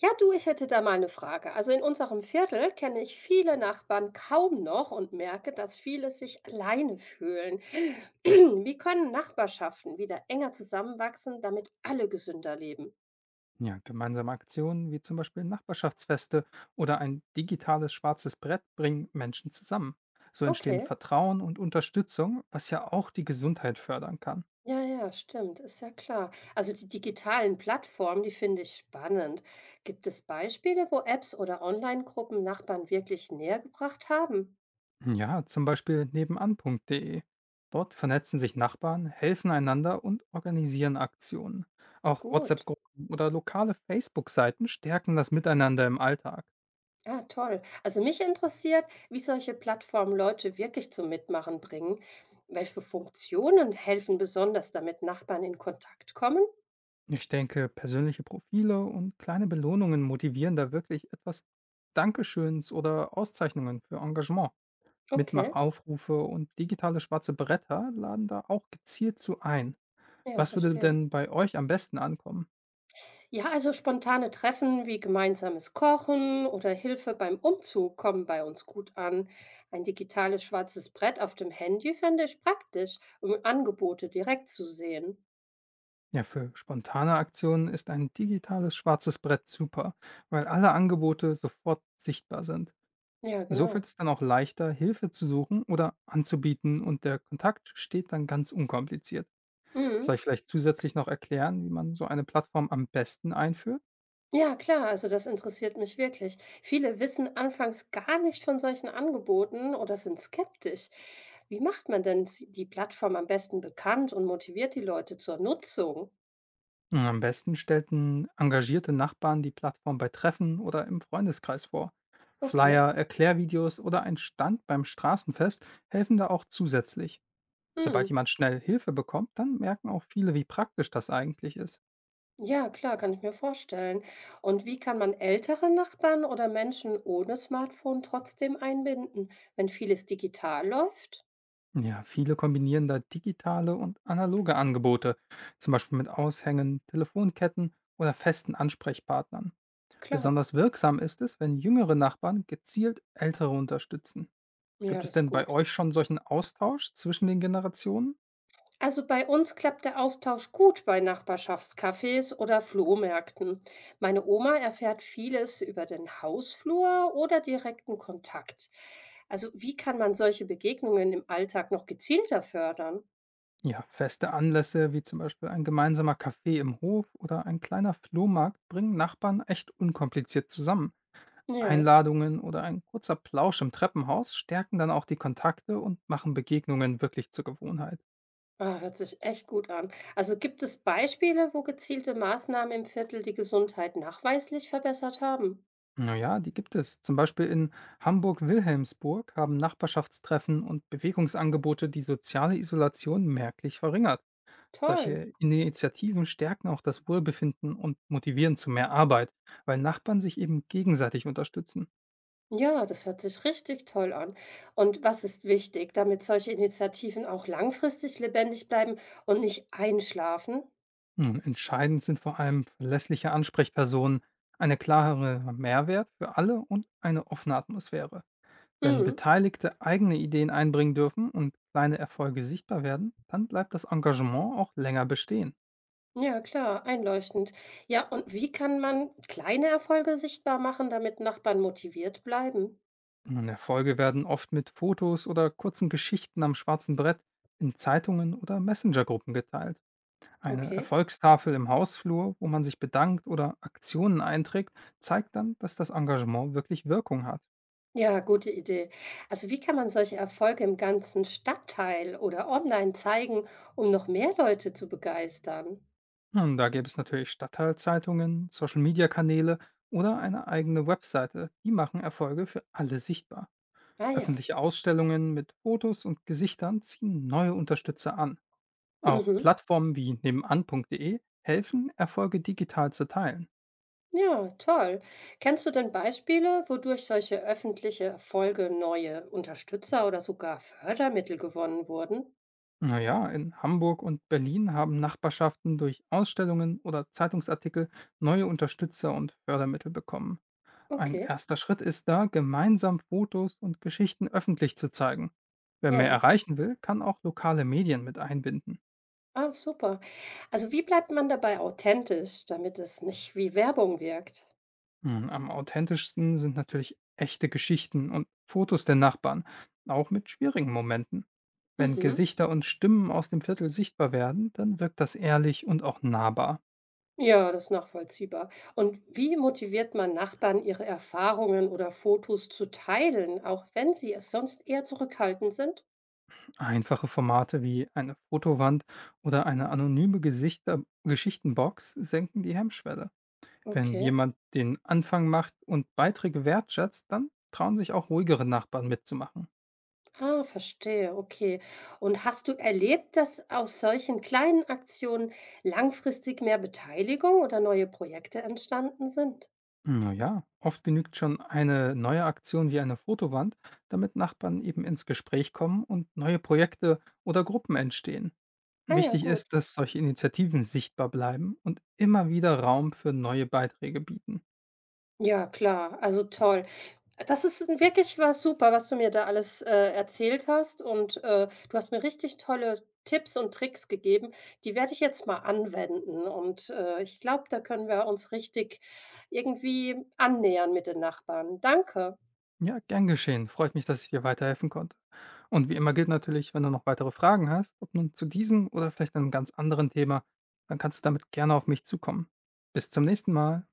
Ja, du, ich hätte da mal eine Frage. Also in unserem Viertel kenne ich viele Nachbarn kaum noch und merke, dass viele sich alleine fühlen. Wie können Nachbarschaften wieder enger zusammenwachsen, damit alle gesünder leben? Ja, gemeinsame Aktionen wie zum Beispiel Nachbarschaftsfeste oder ein digitales schwarzes Brett bringen Menschen zusammen. So entstehen Okay. Vertrauen und Unterstützung, was ja auch die Gesundheit fördern kann. Ja, ja, stimmt, ist ja klar. Also die digitalen Plattformen, die finde ich spannend. Gibt es Beispiele, wo Apps oder Online-Gruppen Nachbarn wirklich näher gebracht haben? Ja, zum Beispiel nebenan.de. Dort vernetzen sich Nachbarn, helfen einander und organisieren Aktionen. Auch Gut. WhatsApp-Gruppen oder lokale Facebook-Seiten stärken das Miteinander im Alltag. Ah, toll. Also mich interessiert, wie solche Plattformen Leute wirklich zum Mitmachen bringen. Welche Funktionen helfen besonders, damit Nachbarn in Kontakt kommen? Ich denke, persönliche Profile und kleine Belohnungen motivieren da wirklich etwas Dankeschöns oder Auszeichnungen für Engagement. Okay, Mitmachaufrufe und digitale schwarze Bretter laden da auch gezielt zu ein. ja, Was würde verstehe. denn bei euch am besten ankommen? Ja, also spontane Treffen wie gemeinsames Kochen oder Hilfe beim Umzug kommen bei uns gut an. Ein digitales schwarzes Brett auf dem Handy fände ich praktisch, um Angebote direkt zu sehen. Ja, für spontane Aktionen ist ein digitales schwarzes Brett super, weil alle Angebote sofort sichtbar sind. Ja, So fällt genau. es dann auch leichter, Hilfe zu suchen oder anzubieten, und der Kontakt steht dann ganz unkompliziert. Soll Mhm. ich vielleicht zusätzlich noch erklären, wie man so eine Plattform am besten einführt? Ja, klar, also das interessiert mich wirklich. Viele wissen anfangs gar nicht von solchen Angeboten oder sind skeptisch. Wie macht man denn die Plattform am besten bekannt und motiviert die Leute zur Nutzung? Nun, am besten stellten engagierte Nachbarn die Plattform bei Treffen oder im Freundeskreis vor. Okay. Flyer, Erklärvideos oder ein Stand beim Straßenfest helfen da auch zusätzlich. Hm. Sobald jemand schnell Hilfe bekommt, dann merken auch viele, wie praktisch das eigentlich ist. Ja, klar, kann ich mir vorstellen. Und wie kann man ältere Nachbarn oder Menschen ohne Smartphone trotzdem einbinden, wenn vieles digital läuft? Ja, viele kombinieren da digitale und analoge Angebote, zum Beispiel mit Aushängen, Telefonketten oder festen Ansprechpartnern. Klar. Besonders wirksam ist es, wenn jüngere Nachbarn gezielt ältere unterstützen. Ja, Gibt es das ist denn bei gut. euch schon solchen Austausch zwischen den Generationen? Also bei uns klappt der Austausch gut bei Nachbarschaftscafés oder Flohmärkten. Meine Oma erfährt vieles über den Hausflur oder direkten Kontakt. Also wie kann man solche Begegnungen im Alltag noch gezielter fördern? Ja, feste Anlässe wie zum Beispiel ein gemeinsamer Kaffee im Hof oder ein kleiner Flohmarkt bringen Nachbarn echt unkompliziert zusammen. Ja, Einladungen oder ein kurzer Plausch im Treppenhaus stärken dann auch die Kontakte und machen Begegnungen wirklich zur Gewohnheit. ah, hört sich echt gut an. Also gibt es Beispiele, wo gezielte Maßnahmen im Viertel die Gesundheit nachweislich verbessert haben? Naja, die gibt es. Zum Beispiel in Hamburg-Wilhelmsburg haben Nachbarschaftstreffen und Bewegungsangebote die soziale Isolation merklich verringert. Toll. Solche Initiativen stärken auch das Wohlbefinden und motivieren zu mehr Arbeit, weil Nachbarn sich eben gegenseitig unterstützen. Ja, das hört sich richtig toll an. Und was ist wichtig, damit solche Initiativen auch langfristig lebendig bleiben und nicht einschlafen? Nun, entscheidend sind vor allem verlässliche Ansprechpersonen, eine klarere Mehrwert für alle und eine offene Atmosphäre. Wenn Mhm. Beteiligte eigene Ideen einbringen dürfen und kleine Erfolge sichtbar werden, dann bleibt das Engagement auch länger bestehen. Ja, klar, einleuchtend. Ja, und wie kann man kleine Erfolge sichtbar machen, damit Nachbarn motiviert bleiben? Und Erfolge werden oft mit Fotos oder kurzen Geschichten am schwarzen Brett, in Zeitungen oder Messengergruppen geteilt. Eine Okay. Erfolgstafel im Hausflur, wo man sich bedankt oder Aktionen einträgt, zeigt dann, dass das Engagement wirklich Wirkung hat. Ja, gute Idee. Also wie kann man solche Erfolge im ganzen Stadtteil oder online zeigen, um noch mehr Leute zu begeistern? Und da gäbe es natürlich Stadtteilzeitungen, Social-Media-Kanäle oder eine eigene Webseite. Die machen Erfolge für alle sichtbar. Ah ja. Öffentliche Ausstellungen mit Fotos und Gesichtern ziehen neue Unterstützer an. Auch Mhm. Plattformen wie nebenan.de helfen, Erfolge digital zu teilen. Ja, toll. Kennst du denn Beispiele, wodurch solche öffentliche Erfolge neue Unterstützer oder sogar Fördermittel gewonnen wurden? Naja, in Hamburg und Berlin haben Nachbarschaften durch Ausstellungen oder Zeitungsartikel neue Unterstützer und Fördermittel bekommen. Ein Okay, erster Schritt ist da, gemeinsam Fotos und Geschichten öffentlich zu zeigen. Wer mehr ja. erreichen will, kann auch lokale Medien mit einbinden. Ah, super. Also wie bleibt man dabei authentisch, damit es nicht wie Werbung wirkt? Nun, am authentischsten sind natürlich echte Geschichten und Fotos der Nachbarn, auch mit schwierigen Momenten. Wenn Mhm. Gesichter und Stimmen aus dem Viertel sichtbar werden, dann wirkt das ehrlich und auch nahbar. Ja, das ist nachvollziehbar. Und wie motiviert man Nachbarn, ihre Erfahrungen oder Fotos zu teilen, auch wenn sie es sonst eher zurückhaltend sind? Einfache Formate wie eine Fotowand oder eine anonyme Gesichter Geschichtenbox senken die Hemmschwelle. Wenn Okay. jemand den Anfang macht und Beiträge wertschätzt, dann trauen sich auch ruhigere Nachbarn mitzumachen. Ah, verstehe, okay. Und hast du erlebt, dass aus solchen kleinen Aktionen langfristig mehr Beteiligung oder neue Projekte entstanden sind? Na ja, oft genügt schon eine neue Aktion wie eine Fotowand, damit Nachbarn eben ins Gespräch kommen und neue Projekte oder Gruppen entstehen. Ah ja, Wichtig gut. ist, dass solche Initiativen sichtbar bleiben und immer wieder Raum für neue Beiträge bieten. Ja, klar, also toll. Das ist wirklich was super, was du mir da alles erzählt hast. Und du hast mir richtig tolle Tipps und Tricks gegeben. Die werde ich jetzt mal anwenden. Und ich glaube, da können wir uns richtig irgendwie annähern mit den Nachbarn. Danke. Ja, gern geschehen. Freut mich, dass ich dir weiterhelfen konnte. Und wie immer gilt natürlich, wenn du noch weitere Fragen hast, ob nun zu diesem oder vielleicht einem ganz anderen Thema, dann kannst du damit gerne auf mich zukommen. Bis zum nächsten Mal.